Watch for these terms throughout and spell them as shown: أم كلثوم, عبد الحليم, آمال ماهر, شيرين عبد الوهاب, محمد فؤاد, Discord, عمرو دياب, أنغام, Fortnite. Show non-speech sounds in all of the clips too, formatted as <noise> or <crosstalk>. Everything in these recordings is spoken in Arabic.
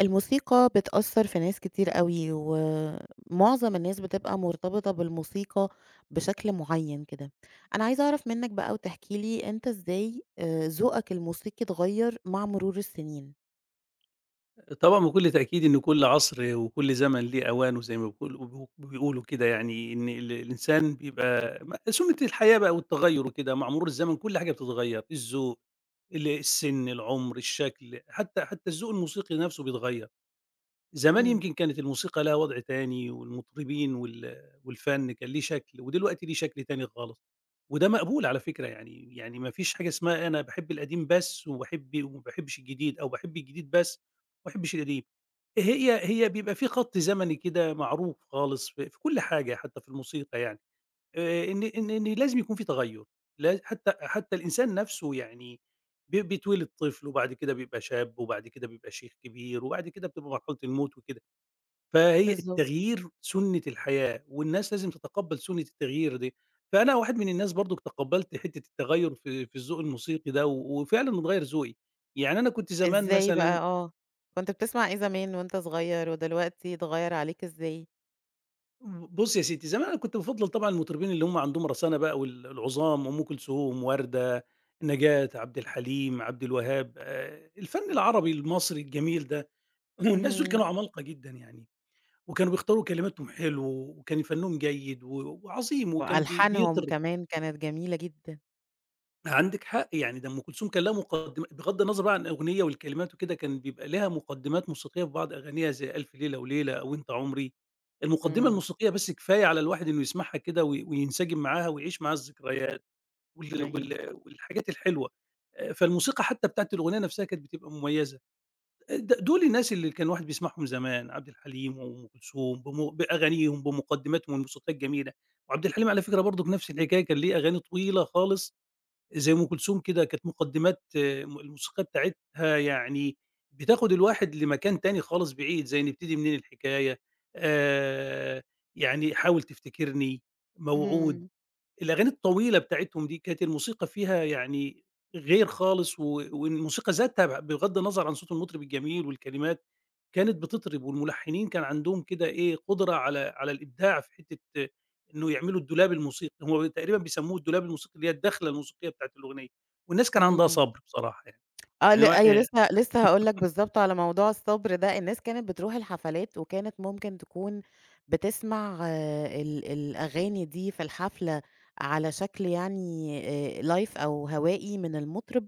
الموسيقى بتأثّر في ناس كتير أوي، ومعظم الناس بتبقى مرتبطة بالموسيقى بشكل معيّن كده. أنا عايزة أعرف منّك بقى وتحكي لي أنت إزاي ذوقك الموسيقي اتغيّر مع مرور السنين؟ طبعًا بكل تأكيد إن كل عصر وكل زمن ليه أوانه زي ما بيقول بيقولوا كده يعني إن الإنسان بيبقى سُنة الحياة بقى والتغيُّر وكده، مع مرور الزمن كل حاجة بتتغيّر، الذوق، السِن، العُمر، الشكل، حتى الذوق الموسيقي نَفْسه بيتغيّر. زمان إمم. يمكن كانت الموسيقى لها وضع تاني والمطربين والفَن كان ليه شكل ودلوقتي ليه شكل تاني خالص، وده مقبول على فكرة يعني، يعني ما فيش حاجة اسمها أنا باحب القديم بس وباحب وما باحبش الجديد أو باحب الجديد بس وما باحبش القديم. هي بيبقى في خَط زمني كده معروف خالص في كل حاجة حتّى في الموسيقى يعني، إن لازم يكون في تغيُّر، لا حتّى الإنسان نَفْسه يعني بيتولد طفل وبعد كده بيبقى شاب وبعد كده بيبقى شيخ كبير وبعد كده بتبقى مرحلة الموت وكده، فهي بالضبط. التغيير سُنّة الحياة والناس لازم تتقبَّل سُنّة التغيير دي. فأنا واحد من الناس برضُك تقبَّلت حتّة التغيُّر في الذوق الموسيقي ده وفعلًا اتغيّر ذوقي، يعني أنا كنت زمان إزاي بقى مثلًا. كنت بتسمع إيه زمان وأنت صغير ودلوقتي اتغيّر عليك إزاي؟ بُصّي يا ستّي، زمان أنا كنت بافضّل طبعًا المطربين اللي هم عندهم رسانة بقى وال العُظام، أم كلثوم، وردة، نجاة، عبد الحليم، عبد الوهاب، الفن العربي المصري الجميل ده، <clears throat> والناس دول اهم. كانوا عمالقة جدًا يعني، وكانوا بيختاروا كلماتهم حلو، وكان فنهم جيد وعظيم، وكان وألحانهم بيطرب. كمان كانت جميلة جدًا. عندِك حق، يعني ده أم كلثوم كان لها مقدم بغض النظر بقى عن الأغنية والكلمات وكده، كان بيبقى لها مقدمات موسيقية في بعض أغانيها زي ألف ليلة وليلة أو أنت عمري، المقدمة إمم. الموسيقية بس كفاية على الواحد إنه يسمعها كده وينسجم معاها ويعيش معاها الذكريات وال أيوه. وال والحاجات الحلوة، فالموسيقى حتى بتاعة الأغنية نفسها كانت بتبقى مميزة، آه، دول الناس اللي كان الواحد بيسمعهم زمان، عبد الحليم وأم كلثوم بأغانيهم بمقدماتهم الموسيقية الجميلة، وعبد الحليم على فكرة برضه بنفس الحكاية كان ليه أغاني طويلة خالص زي أم كلثوم كده كانت مقدمات آه، الموسيقى بتاعتها يعني بتاخد الواحد لمكان تاني خالص بعيد، زي نبتدي منين الحكاية، آآ يعني حاول تفتكرني، موعود. اهم. الأغاني الطويلة بتاعتهم دي كانت الموسيقى فيها يعني غير خالص، و والموسيقى ذاتها بغض النظر عن صوت المطرب الجميل والكلمات، كانت بتطرب والملحنين كان عندهم كده إيه، قدرة على الإبداع في حتّة آه، إنه يعملوا الدولاب الموسيقي، هو تقريبًا بيسموه الدولاب الموسيقي اللي هي الدخلة الموسيقية بتاعة الأغنية، والناس كان عندها إمم. صبر بصراحة يعني، آه، يعني هو أيوه، لسه هاقول لك بالضبط على موضوع الصبر ده، الناس كانت بتروح الحفلات وكانت ممكن تكون بتسمع الأغاني دي في الحفلة على شكل يعني live أو هوائي من المطرب،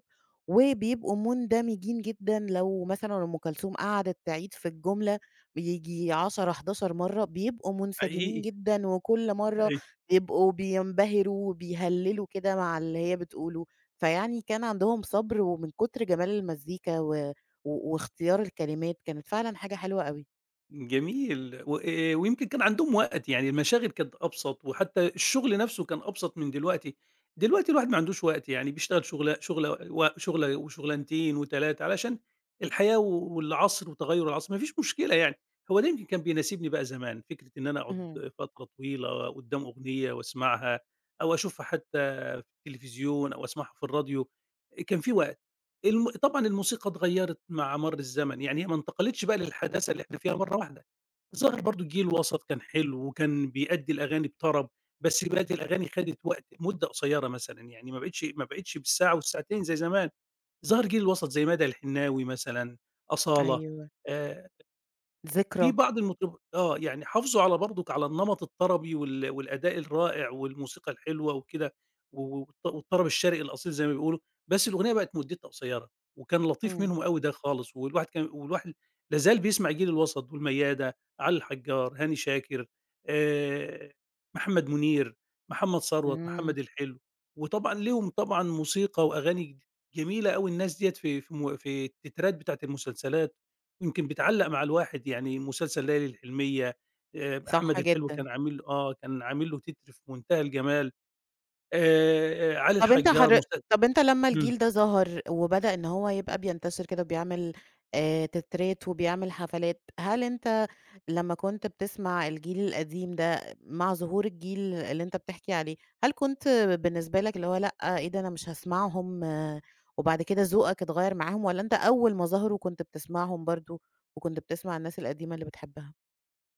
وبيبقوا مندمجين جدًا لو مثلًا أم كلثوم قعدت تعيد في الجملة ييجي 10، 11 مرة، بيبقوا منسجمين حقيقي. جدًا وكل مرة أيوه. بيبقوا بينبهروا وبيهللوا كده مع اللي هي بتقوله. فيعني كان عندهم صبر ومن كتر جمال المزيكا و و واختيار الكلمات، كانت فعلًا حاجة حلوة أوي. جميل، وآآ ويمكن كان عندهم وقت، يعني المشاغل كانت أبسط وحتى الشغل نفسه كان أبسط من دلوقتي. دلوقتي الواحد ما عندوش وقت، يعني بيشتغل شغلة و شغلة وشغلانتين و3 علشان الحياة والعصر وتغيُّر العصر، ما فيش مشكلة يعني. هو ده يمكن كان بيناسبني بقى زمان، فكرة إن أنا أقعد اهم. فترة طويلة قدّام أغنية واسمعها أو أشوفها حتى في التلفزيون أو أسمعها في الراديو، كان في وقت. طبعًا الموسيقى اتغيّرت مع مَر الزمن، يعني هي ما انتقلتش بقى للحداثة اللي إحنا فيها مرّة واحدة. ظاهر برضه جيل وسط كان حلو، وكان بيأدّي الأغاني بطرب، بس دلوقتي الأغاني خدت وقت مدة قصيّرة مثلًا، يعني ما بقتش بالساعة والساعتين زي زمان. ظهر جيل الوسط زي مدى الحناوي مثلًا، أصالة، أيوه. آآ في ذكرى. بعض المطرب آه، يعني حافظوا على برضك على النمط الطربي وال والأداء الرائع والموسيقى الحلوة وكده، و والطرب الشرقي الأصيل زي ما بيقولوا، بس الأغنية بقت مدتها قصيّرة، وكان لطيف إمم. منهم أوي ده خالص، والواحد لا زال بيسمع جيل الوسط والميادة، علي الحجار، هاني شاكر، آآ، محمد منير، محمد ثروت، إمم. محمد الحلو، وطبعًا ليهم طبعًا موسيقى وأغاني جميلة أوي الناس ديّة في في م في التترات بتاعة المسلسلات. يمكن بتعلّق مع الواحد، يعني مسلسل ليالي الحلمية، صح محمد الحلو جدًا. كان عامل له آه، كان عامل له تتر في منتهى الجمال، علي طب أنت الحجّار حر طب أنت لمّا إمم. الجيل ده ظهر وبدأ إن هو يبقى بينتشر كده وبيعمل تترات وبيعمل حفلات، هل أنت لمّا كنت بتسمع الجيل القديم ده مع ظهور الجيل اللي أنت بتحكي عليه، هل كنت بالنسبة لك اللي هو لأ، إيه ده أنا مش هاسمعهم وبعد كده ذوقك اتغيّر معاهم والّا أنت أول ما ظهروا كنت بتسمعهم برضه وكنت بتسمع الناس القديمة اللي بتحبها؟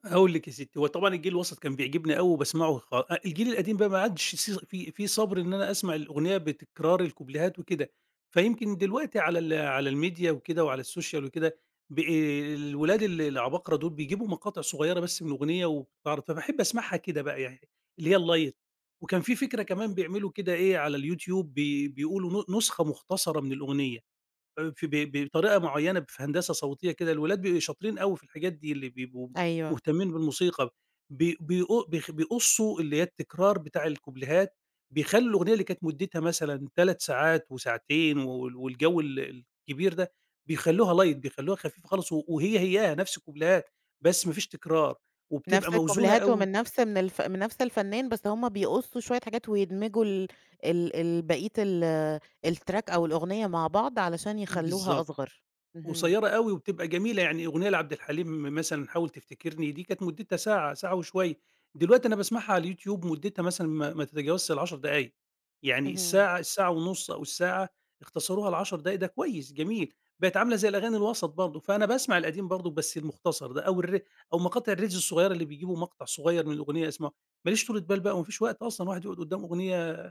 هاقول لِك يا ستّي، هو طبعًا الجيل الوسط كان بيعجبني أوي وباسمعه خ أ الجيل القديم بقى ما عادش في صبر إن أنا أسمع الأغنية بتكرار الكوبليهات وكده، فيمكن دلوقتي على الميديا وكده وعلى السوشيال وكده، الولاد العباقرة دول بيجيبوا مقاطع صغيّرة بس من أغنية وبتتعرض، فباحب أسمعها كده بقى يعني اللي هي الlight. وكان في فكرة كمان بيعملوا كده إيه على اليوتيوب بيقولوا نسخة مختصرة من الأغنية. في بطريقة معيّنة في هندسة صوتية كده، الولاد بيبقوا شاطرين أوي في الحاجات دي، اللي بيبقوا أيوه. مهتمين بالموسيقى، بي بيقو بيخ بيقصّوا اللي هي التكرار بتاع الكوبليهات، بيخلّوا الأغنية اللي كانت مدتها مثلًا 3 ساعات وساعتين وال والجو الكبير ده، بيخلّوها light بيخلّوها خفيفة خالص، و هياها نفس الكوبليهات، بس ما فيش تكرار، وبتبقى نفس موزونة الكوبليهات أوي. ومن نفس من الف من نفس الفنان، بس هُم بيقصّوا شوية حاجات ويدمجوا ال ال ال بقية الtrack أو الأغنية مع بعض علشان يخلّوها بالضبط. أصغر. اهم. قصيّرة أوي وبتبقى جميلة، يعني أغنية لعبد الحليم مثلًا حاول تفتكرني دي كانت مدتها ساعة، ساعة وشوية، دلوقتي أنا باسمعها على اليوتيوب مدتها مثلًا ما تتجاوزش ال10 دقايق، يعني اهم. الساعة، الساعة ونُص أو الساعة اختصروها ل10 دقايق ده كويس جميل، بقت عاملة زي الأغاني الوسط برضه، فأنا باسمع القديم برضه بس المختصر ده أو مقاطع الreels الصغيّرة اللي بيجيبوا مقطع صغيّر من الأغنية أسمعه، ما ليش طولة بال بقى وما فيش وقت أصلًا الواحد يقعد قدّام أغنية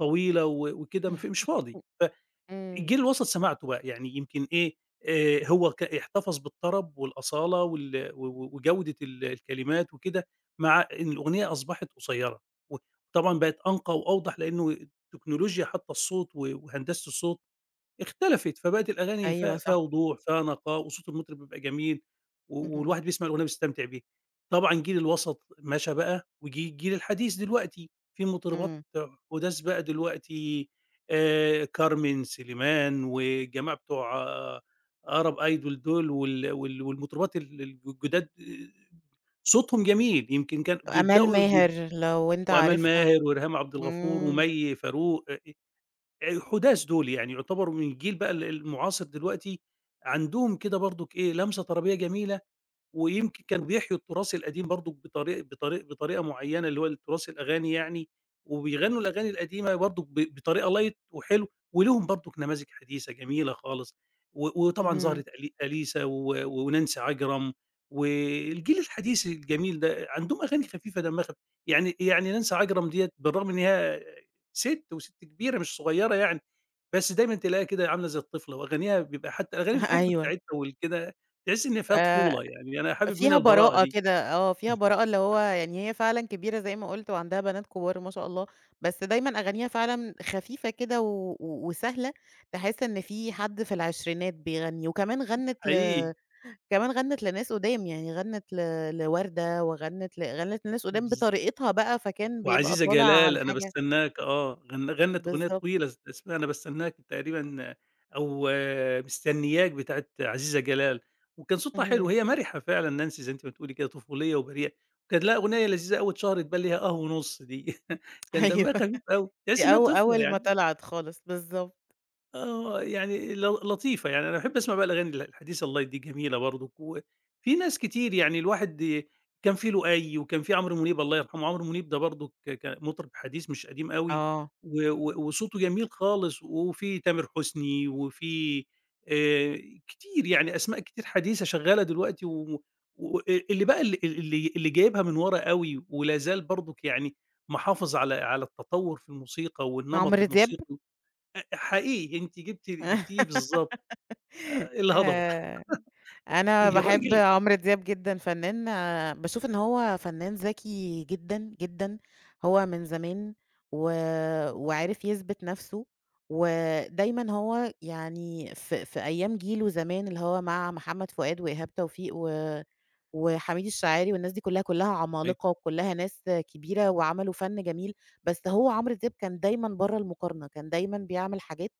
طويلة وكده ما في مش فاضي. ف إمم. الجيل الوسط سمعته بقى، يعني يمكن إيه، هو احتفظ بالطرب والأصالة وال و و وجودة الكلمات وكده، مع إن الأغنية أصبحت قصيّرة، وطبعًا بقت أنقى وأوضح لإنه التكنولوجيا حاطّة الصوت وهندسة الصوت اختلفت، فبقت <laughs> الأغاني أيوه فيها صح. وضوح، فيها نقاء، وصوت المطرب بيبقى جميل، اهم. والواحد بيسمع الأغنية بيستمتع بيها. طبعًا جيل الوسط مشى بقى، وجي الجيل الحديث دلوقتي، في مطربات إمم. حداث بقى دلوقتي، كارمن سليمان والجماعة بتوع أيدول دول وال وال والمطربات ال ال الجداد آه، صوتهم جميل، يمكن كان آمال بيبدأوا ب ماهر لو أنت وآمال عارفها. ماهر وإلهام عبد الغفور إمم. ومي فاروق. حُداث دول يعني يعتبروا من الجيل بقى المعاصر دلوقتي، عندهم كده برضُك إيه، لمسة طربية جميلة، ويمكن كانوا بيحيوا التراث القديم برضُك بطريقة معيّنة اللي هو التراث الأغاني يعني، وبيغنّوا الأغاني القديمة برضُك بطريقة light وحلو، وليهم برضُك نماذج حديثة جميلة خالص، و وطبعًا اهم. ظهرت أليسا و ونانسي عجرم، والجيل الحديث الجميل ده عندهم أغاني خفيفة دمّها خفيف، يعني نانسي عجرم ديّة بالرغم إن هي سِت وسِت كبيرة مش صغيّرة يعني، بس دايمًا تلاقيها كده عاملة زي الطفلة، وأغانيها بيبقى حتى أغاني <laughs> الحب أيوه. بتاعتها والكده تحس إن فيها آآ طفولة، يعني أنا حابب منها فيها البراءة براءة دي. كده، فيها براءة اللي هو يعني هي فعلًا كبيرة زي ما قُلت وعندها بنات كبار ما شاء الله، بس دايمًا أغانيها فعلًا خفيفة كده و و وسهلة، تحس إن في حد في العشرينات بيغني، وكمان غنِّت ل حقيقي. كمان غنِّت لناس قُدام، يعني غنِّت لوردة وغنِّت ل غنِّت لناس قُدام بالض بطريقتها بقى، فكان بيبقى وعزيزة طالع على جلال أنا حاجة باستناك آه، غنّت أغنية بالضبط. طويلة اسمها أنا باستناك تقريبًا، أو مستنياك بتاعة عزيزة جلال، وكان صوتها حلو، اهم. هي مَرِحة فعلًا نانسي زي أنتِ ما بتقولي كده طفولية وبريئة، وكانت لها أغنية لذيذة أوي اتشهرت بقى اللي هي آه ونُص دي <laughs> <laughs> كان دمها أيوه. خفيف أوي، دي تحسّي إنها أو طفلة أول ما يعني. طلعت خالص، بالضبط. آه، يعني لطيفة، يعني أنا باحب أسمع بقى الأغاني الحديثة الله دي جميلة برضُك، وفي ناس كتير يعني الواحد كان في لؤي وكان في عمرو منيب الله يرحمه، عمرو منيب ده برضُك كان مطرب حديث مش قديم أوي آه. و وصوته جميل خالص، وفي تامر حسني وفي آآ، كتير يعني أسماء كتير حديثة شغّالة دلوقتي، و و اللي بقى ال اللي اللي جايبها من ورا أوي ولا زال برضُك يعني محافظ على التطوّر في الموسيقى والنمط عمرو دياب؟ الموسيقي. أ حقيقي أنتِ جبتيه بالضبط. <laughs> الهضبة <laughs> آآ أنا باحب الراجل. عمرو دياب جدًا، فنان باشوف إن هو فنان ذكي جدًا، جدًا. هو من زمان و وعرف يثبت نَفْسه، ودايمًا هو يعني في أيام جيله زمان اللي هو مع محمد فؤاد وإيهاب توفيق و وحميد الشاعري والناس دي كلها، كلها أيوه. عمالقة وكلها ناس كبيرة وعملوا فن جميل، بس هو عمرو دياب كان دايمًا برّه المقارنة، كان دايمًا بيعمل حاجات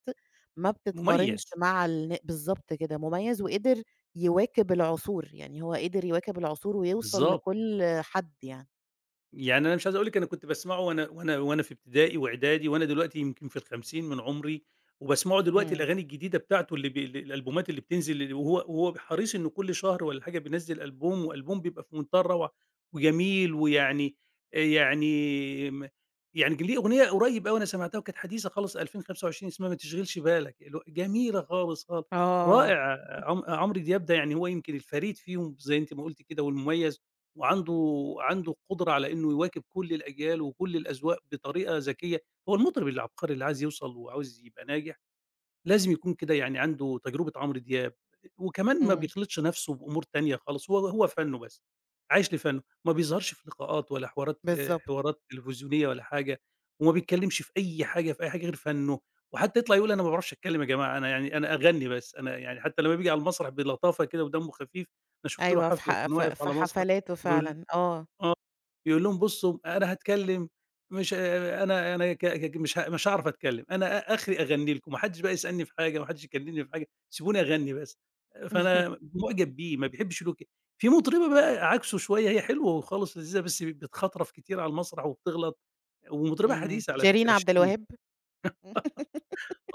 ما بتتقارنش مميز. مع الن بالضبط كده، مميز وقدر يواكب العصور، يعني هو قدر يواكب العصور ويوصل بالضبط. لكل حد يعني. يعني أنا مش عايز أقول لِك أنا كنت باسمعه وأنا في ابتدائي وإعدادي، وأنا دلوقتي يمكن في ال50 من عمري، وباسمعه دلوقتي إمم. الأغاني الجديدة بتاعته اللي ب ال الألبومات اللي بتنزل اللي وهو حريص إنه كل شهر والّا حاجة بينزّل ألبوم، وألبوم بيبقى في منتهى الروعة وجميل ويعني يعني م يعني كان ليه أغنية قريب أوي أنا سمعتها وكانت حديثة خالص 2025 اسمها ما تشغلش بالك، جميلة خالص، خالص، آه. رائع. عمرو دياب ده يعني هو يمكن الفريد فيهم زي أنتِ ما قُلتِ كده والمميز. وعنده قدرة على إنه يواكب كل الأجيال وكل الأذواق بطريقة ذكية، هو المطرب العبقري اللي عايز يوصل وعاوز يبقى ناجح لازم يكون كده يعني عنده تجربة عمرو دياب، وكمان ما إمم. بيخلطش نَفْسه بأمور تانية خالص هو فَنّه بس، عايش لفَنّه، ما بيظهرش في لقاءات ولا حوارات بالضبط. حوارات تلفزيونية ولا حاجة، وما بيتكلّمش في أي حاجة غير فَنّه، وحتى يطلع يقول أنا ما باعرفش أتكلّم يا جماعة أنا يعني أنا أغنّي بس، أنا يعني حتى لمّا بييجي على المسرح بلطافة كده ودمّه خفيف، أنا شُفت له أيوه، في حفلة ح كان ف واقف في على مسرح حفلاته بيقول فعلًا، آه. آه، يقول لهم بُصّوا أنا هاتكلّم، مش أنا أنا ك ك مش ه مش هاعرف أتكلّم، أنا آخري أغنّي لكم، ما حدّش بقى يسألني في حاجة، ما حدّش يكلّمني في حاجة، سيبوني أغنّي بس. فأنا <laughs> مُعجب بيه، ما بيحبّش له في مطربة بقى عكسه شوية هي حلوة وخالص لذيذة، بس بتخطرف كتير على المسرح وبتغلط، ومطربة إمم. حديثة على شيرين فكرة عبد شيرين. الوهاب؟ <laughs>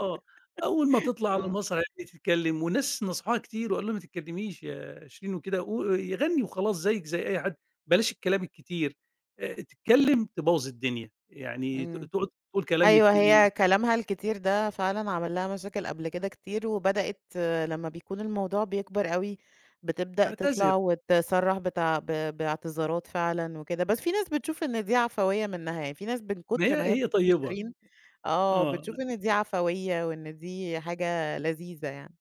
آه، أول ما تطلع على آه. المسرح هتلاقيه تتكلم وناس نصحوها كتير وقالوا لها ما تتكلميش يا شيرين وكده، غنّي وخلاص زيِّك زي أي حد، بلاش الكلام الكتير، تتكلم تبوّظ الدنيا، يعني إمم. تقعد تقول كلام يت أيوه، ي هي كلامها الكتير ده فعلًا عمل لها مشاكل قبل كده كتير، وبدأت لمّا بيكون الموضوع بيكبر أوي، بتبدأ تعتذر، تطلع وتصرّح بتع ب باعتذارات فعلًا وكده، بس في ناس بتشوف إن دي عفوية منها، يعني في ناس من ما كتر هي ما هي هي بتحب طيبة، شيرين، آه، آه، بتشوف إن دي عفوية وإن دي حاجة لذيذة يعني،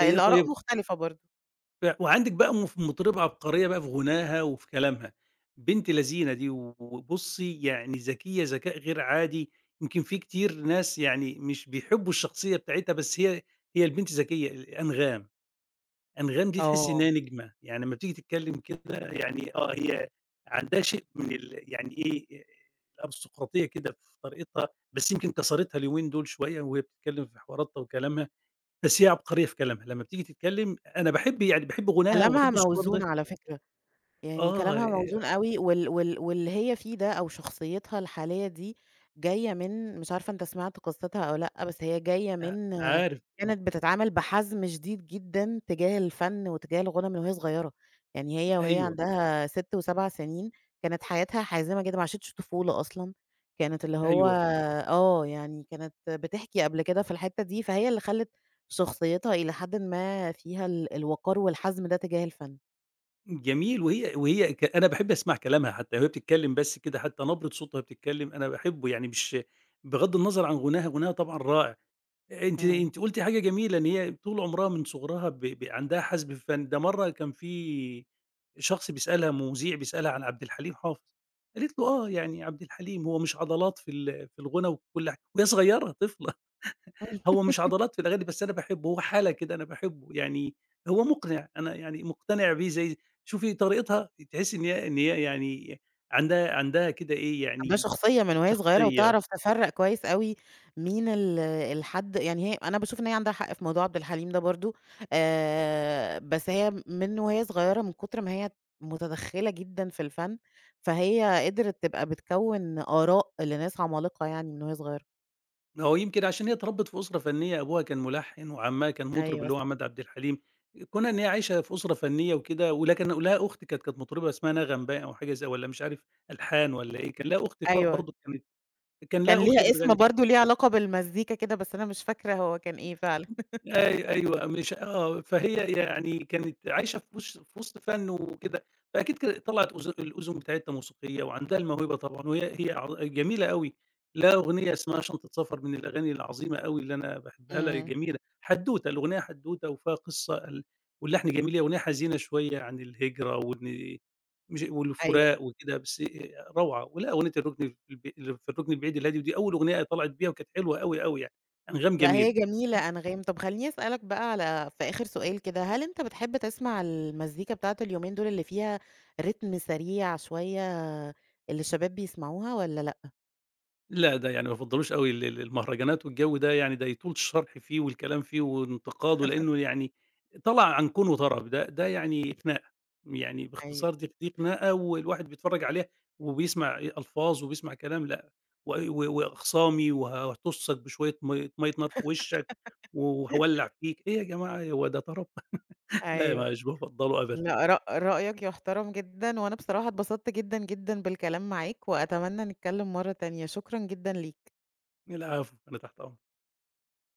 هي طيبة. مختلفة برضه. وعندِك بقى مطربة عبقرية بقى في غناها وفي كلامها، بنت لذينة دي وبُصّي يعني ذكية ذكاء غير عادي، يمكن في كتير ناس يعني مش بيحبّوا الشخصية بتاعتها بس هي البنت ذكية، ال أنغام، أنغام دي تحسّي آه. إنها نجمة، يعني أمّا بتيجي تتكلّم كده يعني آه هي عندها شيء من ال يعني إيه، الأرستقراطية كده في طريقتها، بس يمكن كسرتها اليومين دول شوية وهي بتتكلّم في حواراتها وكلامها. بس هي عبقرية في كلامها، لمّا بتيجي تتكلم أنا باحب يعني باحب غناها كلامها وباحب صوتها موزون على فكرة. يعني آه كلامها موزون أوي واللي هي فيه ده أو شخصيتها الحالية دي جاية من مش عارفة أنت سمعت قصتها أو لأ، بس هي جاية من عارف، إمم، كانت بتتعامل بحزم شديد جدًا تجاه الفن وتجاه الغنى من وهي صغيرة، يعني هي وهي أيوه، عندها 6 و7 سنين كانت حياتها حازمة جدًا، ما عاشتش طفولة أصلًا، كانت اللي هو أيوه، يعني كانت بتحكي قبل كده في الحتة دي، فهي اللي خلّت شخصيتها إلى حدٍ ما فيها الوقار والحزم ده تجاه الفن. جميل وهي وهي ك أنا باحب أسمع كلامها حتى وهي بتتكلم بس كده، حتى نبرة صوتها وهي بتتكلم أنا باحبه يعني مش بغض النظر عن غناها، غناها طبعًا رائع. أنتِ إمم. أنتِ قُلتِ حاجة جميلة، إن هي طول عمرها من صغرها ب ب عندها حَزْم في الفن، ده مرّة كان في شخص بيسألها مذيع بيسألها عن عبد الحليم حافظ، قالت له: "آه، يعني عبد الحليم هو مش عضلات في ال في الغُنى وكل حاجة." وهي صغيّرة طفلة، <laughs> "هو مش <laughs> عضلات في الأغاني بس أنا باحبه، هو حالة كده أنا باحبه، يعني هو مُقنع، أنا يعني مُقتنع بيه زي." شوفي طريقتها تحسّي إن هي يعني عندها كده إيه، عندها يعني شخصية من وهي صغيرة شخصية. وتعرف تفرّق كويس أوي مين الحد، يعني هي أنا باشوف إن هي عندها حق في موضوع عبد الحليم ده برضه، بس هي من وهي صغيرة من كتر ما هي متدخّلة جدًا في الفن، فهي قدرت تبقى بتكوّن آراء لناس عمالقة يعني من وهي صغيرة. هو يمكن عشان هي اتربت في أسرة فنية، أبوها كان ملحّن وعمّها كان مطرب أيوه اللي هو صح. عماد عبد الحليم، كونها إن هي عايشة في أسرة فنية وكده ولكن ولها أخت كانت مطربة اسمها نغم باين أو حاجة زي والّا مش عارف ألحان والّا إيه، كان لها أخت ف أيوه. برضه كان كان لها أخت ليها اسم بتغني. برضه ليه علاقة بالمزيكا كده، بس أنا مش فاكرة هو كان إيه فعلًا. أيوه، مش آه، فهي يعني كانت عايشة في وسط فَن وكده، فأكيد طلعت الأذن بتاعتها موسيقية وعندها الموهبة طبعًا، وهي هي ع جميلة أوي، لها أغنية اسمها شنطة سفر من الأغاني العظيمة أوي اللي أنا باحبها لها، إمم. جميلة، حدوتة، الأغنية حدوتة وفيها قصة واللحن جميل، هي أغنية حزينة شوية عن الهجرة وإن مش أيوه. والفراق وكده، بس روعة، ولها أغنية الركن في الركن البعيد الهادي، ودي أول أغنية طلعت بيها وكانت حلوة أوي، أوي يعني، أنغام لأ جميلة. هي جميلة أنغام، طب خلّيني أسألك بقى في آخر سؤال كده، هل أنت بتحب تسمع المزيكا بتاعة اليومين دول اللي فيها رتم سريع شوية اللي الشباب بيسمعوها والّا لأ؟ لأ، ده يعني ما بافضّلوش أوي ال ال المهرجانات والجو ده يعني ده يطول الشرح فيه والكلام فيه وانتقاده، لإنه يعني طالع عن كون وطرب، ده يعني خناقة، يعني أيوه، باختصار دي خناقة والواحد بيتفرّج عليها وبيسمع إيه، ألفاظ وبيسمع كلام لأ، و و وأخصامي وهتُصّك بشوية مَيّة نار في وشّك وهاولّع فيك، إيه يا جماعة هو ده طرب؟ <laughs> أيوه. لا، مش بافضّله أبدًا. لأ، رأيك يُحترم جدًا، وأنا بصراحة اتبسطت جدًا، جدًا بالكلام معاك، وأتمنى نتكلم مرّة تانية، شكرًا جدًا ليك. العفو، أنا تحت أمرك.